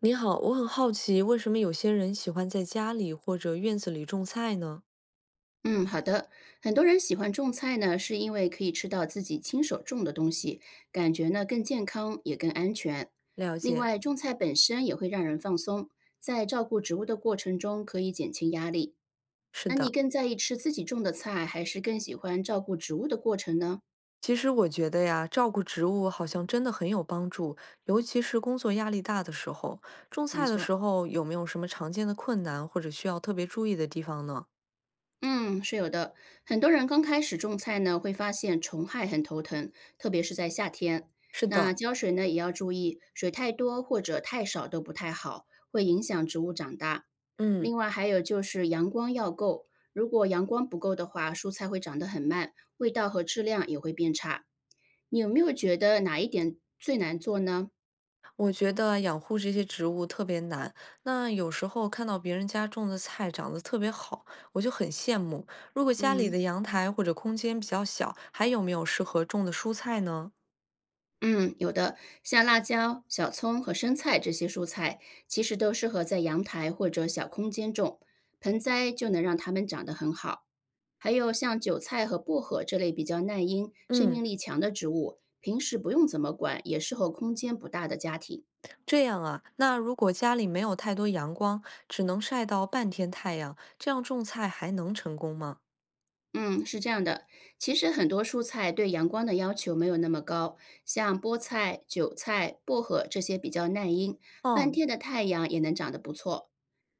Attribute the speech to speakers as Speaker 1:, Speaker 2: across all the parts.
Speaker 1: 你好，我很好奇，为什么有些人喜欢在家里或者院子里种菜呢？
Speaker 2: 嗯，好的。很多人喜欢种菜呢，是因为可以吃到自己亲手种的东西，感觉呢更健康也更安全。
Speaker 1: 了
Speaker 2: 另
Speaker 1: 解，
Speaker 2: 外，种菜本身也会让人放松，在照顾植物的过程中可以减轻压力。
Speaker 1: 是
Speaker 2: 那你
Speaker 1: 的。
Speaker 2: 更在意吃自己种的菜，还是更喜欢照顾植物的过程呢？
Speaker 1: 其实我觉得呀，照顾植物好像真的很有帮助，尤其是工作压力大的时候。种
Speaker 2: 没
Speaker 1: 菜的
Speaker 2: 错。
Speaker 1: 时候有没有什么常见的困难或者需要特别注意的地方呢？
Speaker 2: 嗯，是有的。很多人刚开始种菜呢，会发现虫害很头疼，特别是在夏天。
Speaker 1: 是
Speaker 2: 那
Speaker 1: 的，
Speaker 2: 浇水呢，也要注意，水太多或者太少都不太好，会影响植物长大。
Speaker 1: 嗯。
Speaker 2: 另外还有就是阳光要够，如果阳光不够的话，蔬菜会长得很慢，味道和质量也会变差。你有没有觉得哪一点最难做呢？
Speaker 1: 我觉得养护这些植物特别难。那有时候看到别人家种的菜长得特别好，我就很羡慕。如果家里
Speaker 2: 嗯，
Speaker 1: 的阳台或者空间比较小，还有没有适合种的蔬菜呢？
Speaker 2: 嗯，有的，像辣椒、小葱和生菜这些蔬菜，其实都适合在阳台或者小空间种，盆栽就能让它们长得很好。还有像韭菜和薄荷这类比较耐阴、生
Speaker 1: 嗯，
Speaker 2: 命力强的植物，平时不用怎么管，也适合空间不大的家庭。
Speaker 1: 这样啊。那如果家里没有太多阳光，只能晒到半天太阳，这样种菜还能成功吗？
Speaker 2: 嗯，是这样的，其实很多蔬菜对阳光的要求没有那么高，像菠菜、韭菜、薄荷这些比较耐阴，半
Speaker 1: 嗯，
Speaker 2: 天的太阳也能长得不错。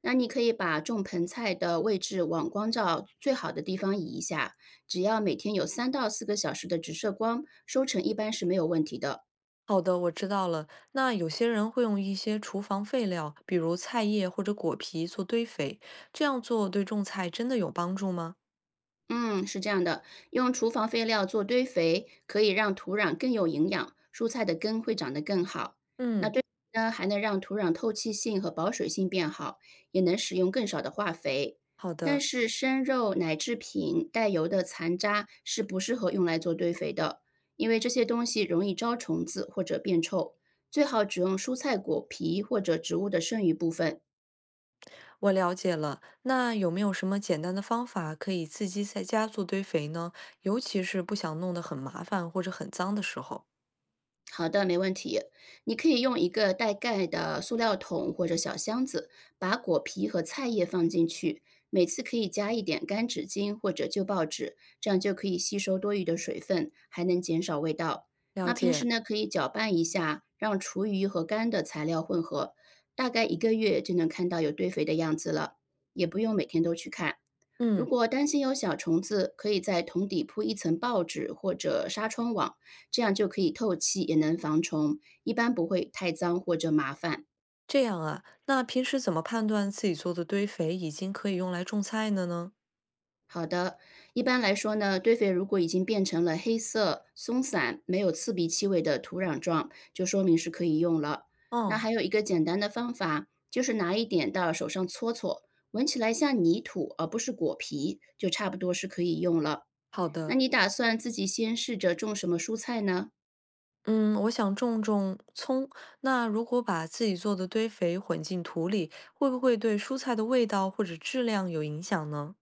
Speaker 2: 那你可以把种盆菜的位置往光照最好的地方移一下，只要每天有3到4个小时的直射光，收成一般是没有问题的。
Speaker 1: 好的，我知道了。那有些人会用一些厨房废料，比如菜叶或者果皮做堆肥，这样做对种菜真的有帮助吗？
Speaker 2: 嗯，是这样的，用厨房废料做堆肥，可以让土壤更有营养，蔬菜的根会长得更好。
Speaker 1: 嗯。
Speaker 2: 那还能让土壤透气性和保水性变好，也能使用更少的化肥。
Speaker 1: 好
Speaker 2: 但
Speaker 1: 的，
Speaker 2: 是生肉、奶制品、带油的残渣是不适合用来做堆肥的，因为这些东西容易招虫子或者变臭。最好只用蔬菜果皮或者植物的剩余部分，
Speaker 1: 我了解了。那有没有什么简单的方法可以自己在家做堆肥呢？尤其是不想弄得很麻烦或者很脏的时候。
Speaker 2: 好的，没问题。你可以用一个带盖的塑料桶或者小箱子，把果皮和菜叶放进去，每次可以加一点干纸巾或者旧报纸，这样就可以吸收多余的水分，还能减少味道。
Speaker 1: 了
Speaker 2: 那平时
Speaker 1: 解，
Speaker 2: 呢，可以搅拌一下，让厨余和干的材料混合，大概1个月就能看到有堆肥的样子了，也不用每天都去看。如
Speaker 1: 嗯，
Speaker 2: 果担心有小虫子，可以在桶底铺1层报纸或者纱窗网，这样就可以透气，也能防虫，一般不会太脏或者麻烦。
Speaker 1: 这样啊。那平时怎么判断自己做的堆肥已经可以用来种菜了呢？
Speaker 2: 好的，一般来说呢，堆肥如果已经变成了黑色、松散、没有刺鼻气味的土壤状，就说明是可以用了。那
Speaker 1: 哦，
Speaker 2: 还有一个简单的方法，就是拿一点到手上搓搓，闻起来像泥土而不是果皮，就差不多是可以用了。
Speaker 1: 好
Speaker 2: 那
Speaker 1: 的。
Speaker 2: 你打算自己先试着种什么蔬菜呢？
Speaker 1: 嗯，我想种种葱。那如果把自己做的堆肥混进土里，会不会对蔬菜的味道或者质量有影响呢？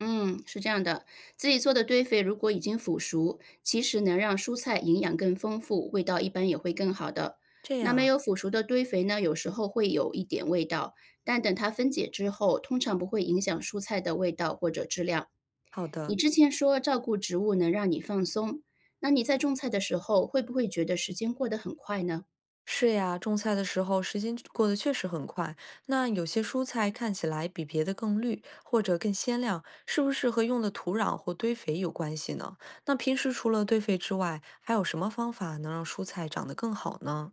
Speaker 2: 嗯，是这样的，自己做的堆肥如果已经腐熟，其实能让蔬菜营养更丰富，味道一般也会更好的。
Speaker 1: 这
Speaker 2: 那
Speaker 1: 样
Speaker 2: 没
Speaker 1: 啊，
Speaker 2: 有腐熟的堆肥呢，有时候会有一点味道，但等它分解之后，通常不会影响蔬菜的味道或者质量。
Speaker 1: 好
Speaker 2: 你
Speaker 1: 的。
Speaker 2: 之前说照顾植物能让你放松，那你在种菜的时候，会不会觉得时间过得很快呢？
Speaker 1: 是呀，种菜的时候时间过得确实很快。那有些蔬菜看起来比别的更绿或者更鲜亮，是不是和用的土壤或堆肥有关系呢？那平时除了堆肥之外，还有什么方法能让蔬菜长得更好呢？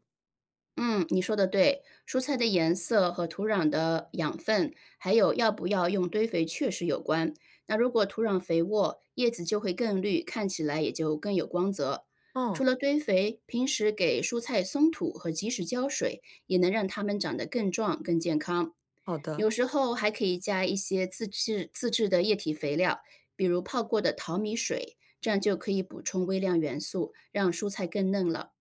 Speaker 2: 嗯，你说的对，蔬菜的颜色和土壤的养分，还有要不要用堆肥确实有关。那如果土壤肥沃，叶子就会更绿，看起来也就更有光泽。除
Speaker 1: 嗯，
Speaker 2: 了堆肥，平时给蔬菜松土和及时浇水，也能让它们长得更壮、更健康。
Speaker 1: 好的。
Speaker 2: 有时候还可以加一些自制的液体肥料，比如泡过的淘米水，这样就可以补充微量元素，让蔬菜更嫩了。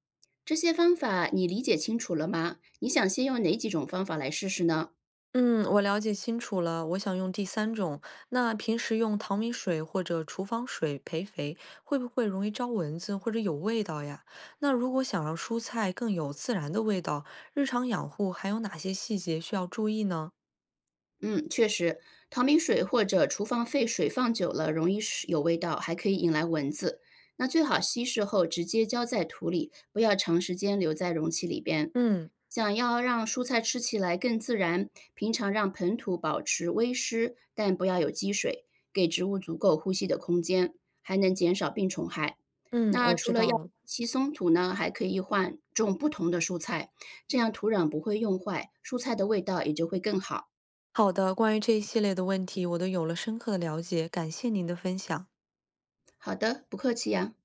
Speaker 2: 这些方法你理解清楚了吗？你想先用哪几种方法来试试呢？
Speaker 1: 嗯，我了解清楚了，我想用第三种。那平时用淘米水或者厨房水培肥，会不会容易招蚊子或者有味道呀？那如果想让蔬菜更有自然的味道，日常养护还有哪些细节需要注意呢？
Speaker 2: 嗯，确实，淘米水或者厨房沸水放久了容易是有味道，还可以引来蚊子。那最好稀释后直接浇在土里，不要长时间留在容器里边。
Speaker 1: 嗯
Speaker 2: 想要让蔬菜吃起来更自然，平常让盆土保持微湿，但不要有积水，给植物足够呼吸的空间，还能减少病虫害。
Speaker 1: 嗯，
Speaker 2: 那
Speaker 1: 我
Speaker 2: 除
Speaker 1: 知
Speaker 2: 了
Speaker 1: 道
Speaker 2: 要
Speaker 1: 了。
Speaker 2: 稀松土呢，还可以换种不同的蔬菜，这样土壤不会用坏，蔬菜的味道也就会更好。
Speaker 1: 好的，关于这一系列的问题，我都有了深刻的了解，感谢您的分享。
Speaker 2: 好的，不客气呀、